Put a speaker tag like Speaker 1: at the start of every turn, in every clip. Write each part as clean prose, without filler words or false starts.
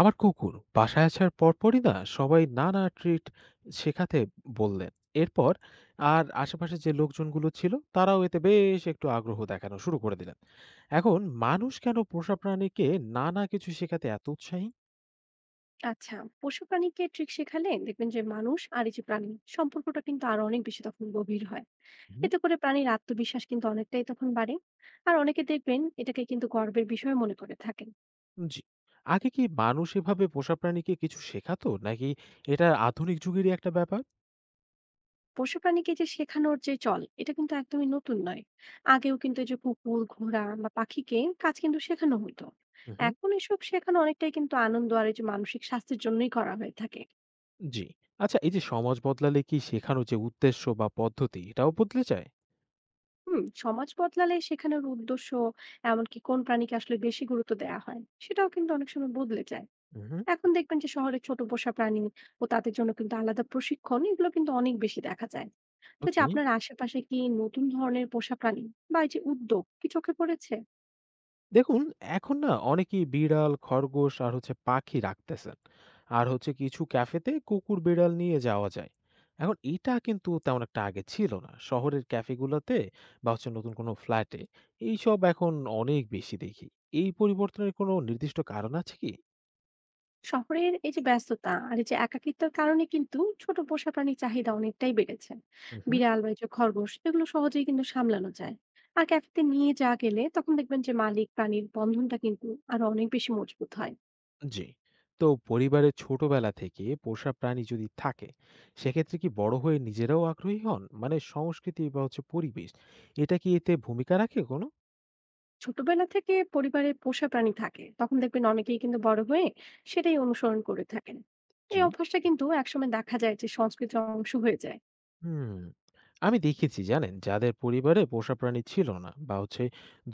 Speaker 1: আমার কুকুর বাসায় আসার পরপরই না সবাই নানা ট্রিট শেখাতে বললেন। এরপর আর আশেপাশে যে লোকজনগুলো ছিল তারাও এতে বেশ একটু আগ্রহ দেখানো শুরু করে দিলেন। এখন মানুষ কেন পোষা প্রাণীকে নানা কিছু শেখাতে এত উৎসাহী?
Speaker 2: আচ্ছা, পশু প্রাণীকে ট্রিক শেখালে দেখবেন যে মানুষ আর এই যে প্রাণী সম্পর্কটা কিন্তু আরো অনেক বেশি তখন গভীর হয়।
Speaker 1: হুম।
Speaker 2: এতে করে প্রাণীর আত্মবিশ্বাস কিন্তু অনেকটাই তখন বাড়ে। আর অনেকে দেখবেন এটাকে কিন্তু গর্বের বিষয় মনে করে থাকেন।
Speaker 1: জি, আগে কি মানুষ এভাবে পোষা প্রাণীকে কিছু শেখাতো, নাকি এটা আধুনিক যুগেরই একটা ব্যাপার?
Speaker 2: পশু প্রাণীকে যে শেখানোর যে চল এটা কিন্তু একদমই নতুন নয়। আগেও কিন্তু এই যে কুকুর, ঘোড়া বা পাখিকে কাজ কিন্তু শেখানো হতো।
Speaker 1: হুম।
Speaker 2: এখন এসব শেখানো অনেকটাই কিন্তু আনন্দ আর এই যে মানসিক স্বাস্থ্যের জন্যই করা হয়ে থাকে।
Speaker 1: জি। আচ্ছা, এই যে সমাজ বদলালে কি শেখানো যে উদ্দেশ্য বা পদ্ধতি এটাও বদলে যায়?
Speaker 2: হুম, সমাজ বদলালে সেখানের উদ্দেশ্য, এমনকি কোন প্রাণীকে আসলে বেশি গুরুত্ব দেওয়া হয় সেটাও কিন্তু অনেক সময় বদলে যায়।
Speaker 1: হুম।
Speaker 2: এখন দেখবেন যে শহরে ছোট পোষা প্রাণী ও তাদের জন্য কিন্তু আলাদা প্রশিক্ষণ এগুলো কিন্তু অনেক বেশি দেখা যায়। তো যে
Speaker 1: ওকে।
Speaker 2: আপনার আশেপাশে কি নতুন ধরনের পোষা প্রাণী বা এই যে উদ্যোগ কি চোখে পড়েছে?
Speaker 1: দেখুন, এখন না অনেকেই বিড়াল, খরগোশ আর হচ্ছে পাখি রাখতেছেন। আর হচ্ছে কিছু ক্যাফেতে কুকুর, বিড়াল নিয়ে যাওয়া যায়। এখন এটা কিন্তু তেমন একটা আগে ছিল না। শহরের ক্যাফেগুলোতে বা হচ্ছে নতুন কোনো ফ্ল্যাটে এইসব এখন অনেক বেশি দেখি। এই পরিবর্তনের কোনো নির্দিষ্ট কারণ আছে কি?
Speaker 2: শহরের এই যে ব্যস্ততা আর এই যে একাকিত্বের কারণে কিন্তু ছোট পোষা প্রাণীর চাহিদা অনেকটাই বেড়েছে।
Speaker 1: হুম।
Speaker 2: বিড়াল বা এই যে খরগোশ এগুলো সহজেই কিন্তু সামলানো যায়। আর ক্যাফেতে নিয়ে যাওয়া গেলে তখন দেখবেন যে মালিক প্রাণীর বন্ধনটা কিন্তু আরো অনেক বেশি মজবুত হয়।
Speaker 1: জি। তো পরিবারের ছোটবেলা থেকে পোষা প্রাণী যদি থাকে, সেক্ষেত্রে কি বড় হয়ে নিজেরাও আগ্রহী হন? মানে সংস্কৃতি বা হচ্ছে পরিবেশ, এটা কি এতে ভূমিকা রাখে কোনো?
Speaker 2: ছোটবেলা থেকে পরিবারে পোষা প্রাণী থাকে তখন দেখবেন অনেকেই কিন্তু বড় হয়ে সেটাই অনুসরণ করে থাকেন। এই
Speaker 1: জি।
Speaker 2: অভ্যাসটা কিন্তু একসময় দেখা যায় যে সংস্কৃতির অংশ হয়ে যায়।
Speaker 1: হুম। আমি দেখেছি জানেন, যাদের পরিবারে পোষা প্রাণী ছিল না বা হচ্ছে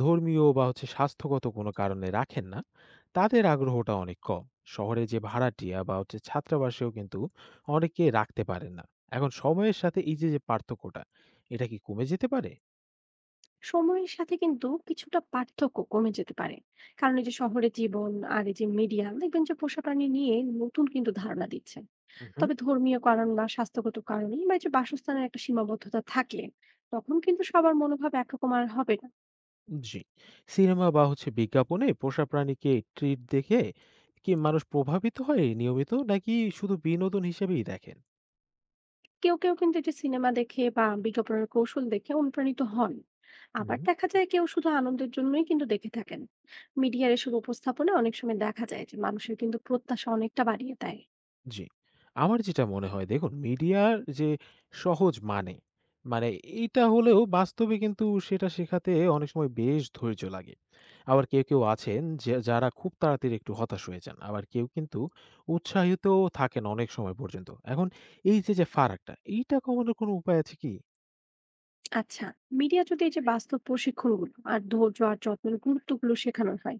Speaker 1: ধর্মীয় বা হচ্ছে স্বাস্থ্যগত কোনো কারণে রাখেন না, তাদের আগ্রহটা অনেক কম। শহরে যে ভাড়াটিয়া বা হচ্ছে ছাত্রাবাসেও কিন্তু অনেকে রাখতে পারেন না। এখন সময়ের সাথে এই যে যে পার্থক্যটা, এটা কি কমে যেতে পারে?
Speaker 2: সময়ের সাথে কিন্তু কিছুটা পার্থক্য কমে যেতে পারে, কারণ এই যে শহরের জীবন আর এই যে মিডিয়া দেখবেন যে পোষা প্রাণী নিয়ে নতুন কিন্তু ধারণা দিচ্ছে।
Speaker 1: হুম।
Speaker 2: তবে ধর্মীয় কারণ বা স্বাস্থ্যগত কারণে বা এই যে বাসস্থানের একটা সীমাবদ্ধতা থাকলে তখন কিন্তু সবার মনোভাব একরকম আর হবে না।
Speaker 1: জি। সিনেমা বা হচ্ছে বিজ্ঞাপনে পোষা প্রাণীকে ট্রিট দেখে কি মানুষ প্রভাবিত হয় নিয়মিত, নাকি শুধু বিনোদন হিসেবেই দেখেন?
Speaker 2: কেউ কেউ কিন্তু এই যে সিনেমা দেখে বা বিজ্ঞাপনের কৌশল দেখে অনুপ্রাণিত হন। আবার
Speaker 1: হুম।
Speaker 2: দেখা যায় কেউ শুধু আনন্দের জন্যই কিন্তু দেখে থাকেন। মিডিয়ার এসব উপস্থাপনা অনেক সময় দেখা যায় যে মানুষের কিন্তু প্রত্যাশা অনেকটা বাড়িয়ে দেয়।
Speaker 1: জি। আমার যেটা মনে হয়, দেখুন, মিডিয়ার যে সহজ মানে, এইটা হলেও বাস্তবে কিন্তু সেটা শেখাতে অনেক সময় বেশ ধৈর্য লাগে। আবার কেউ আছেন যে যারা খুব তাড়াতাড়ি একটু হতাশ হয়ে যান। আবার কেউ কিন্তু উৎসাহিতও থাকেন অনেক সময় পর্যন্ত। এখন এই যে, যে ফারাকটা, এইটা কমানোর কোনো উপায় আছে কি?
Speaker 2: আচ্ছা, মিডিয়া যদি এই যে বাস্তব প্রশিক্ষণগুলো আর ধৈর্য আর যত্নের গুরুত্বগুলো শেখানো হয়,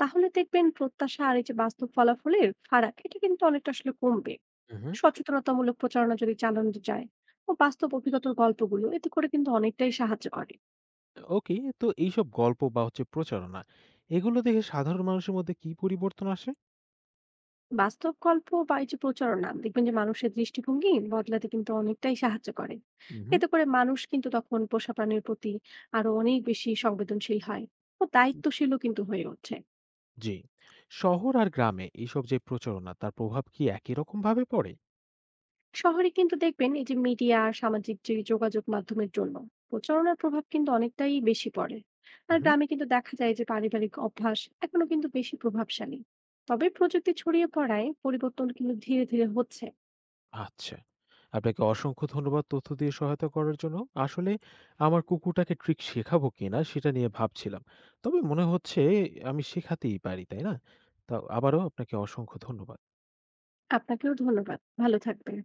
Speaker 2: তাহলে দেখবেন প্রত্যাশা আর এই যে বাস্তব ফলাফলের ফারাক এটা কিন্তু অনেকটা আসলে কমবে।
Speaker 1: হু, হু।
Speaker 2: সচেতনতামূলক প্রচারণা যদি চালানো যায় ও বাস্তব অভিজ্ঞতার গল্পগুলো, এতে করে কিন্তু অনেকটাই সাহায্য করে।
Speaker 1: ওকে। তো এইসব গল্প বা হচ্ছে প্রচারণা, এগুলো দেখে সাধারণ মানুষের মধ্যে কি পরিবর্তন আসে?
Speaker 2: বাস্তব গল্প বা এই যে প্রচারণা দেখবেন যে মানুষের দৃষ্টিভঙ্গি বদলাতে কিন্তু অনেকটাই সাহায্য করে।
Speaker 1: হু, হু।
Speaker 2: এতে করে মানুষ কিন্তু তখন পোষা প্রাণীর প্রতি আরো অনেক বেশি সংবেদনশীল হয় ও দায়িত্বশীলও কিন্তু হয়ে ওঠে।
Speaker 1: জি। শহর আর গ্রামে এইসব যে প্রচারণা তার প্রভাব কি একই রকম ভাবে পড়ে?
Speaker 2: শহরে কিন্তু দেখবেন এই যে মিডিয়া আর সামাজিক যে যোগাযোগ মাধ্যমের জন্য প্রচারণার প্রভাব কিন্তু অনেকটাই বেশি পড়ে। আর
Speaker 1: হুম।
Speaker 2: গ্রামে কিন্তু দেখা যায় যে পারিবারিক অভ্যাস এখনো কিন্তু বেশি প্রভাবশালী। তবে প্রযুক্তি ছড়িয়ে পড়ায় পরিবর্তন কিন্তু ধীরে ধীরে হচ্ছে।
Speaker 1: আচ্ছা। আপনাকে অসংখ্য ধন্যবাদ তথ্য দিয়ে সহায়তা করার জন্য। আসলে আমার কুকুরটাকে ট্রিক শেখাবো কিনা সেটা নিয়ে ভাবছিলাম। তবে মনে হচ্ছে আমি শেখাতেই পারি, তাই না? তো আবারও আপনাকে অসংখ্য ধন্যবাদ।
Speaker 2: আপনাকেও ধন্যবাদ, ভালো থাকবেন।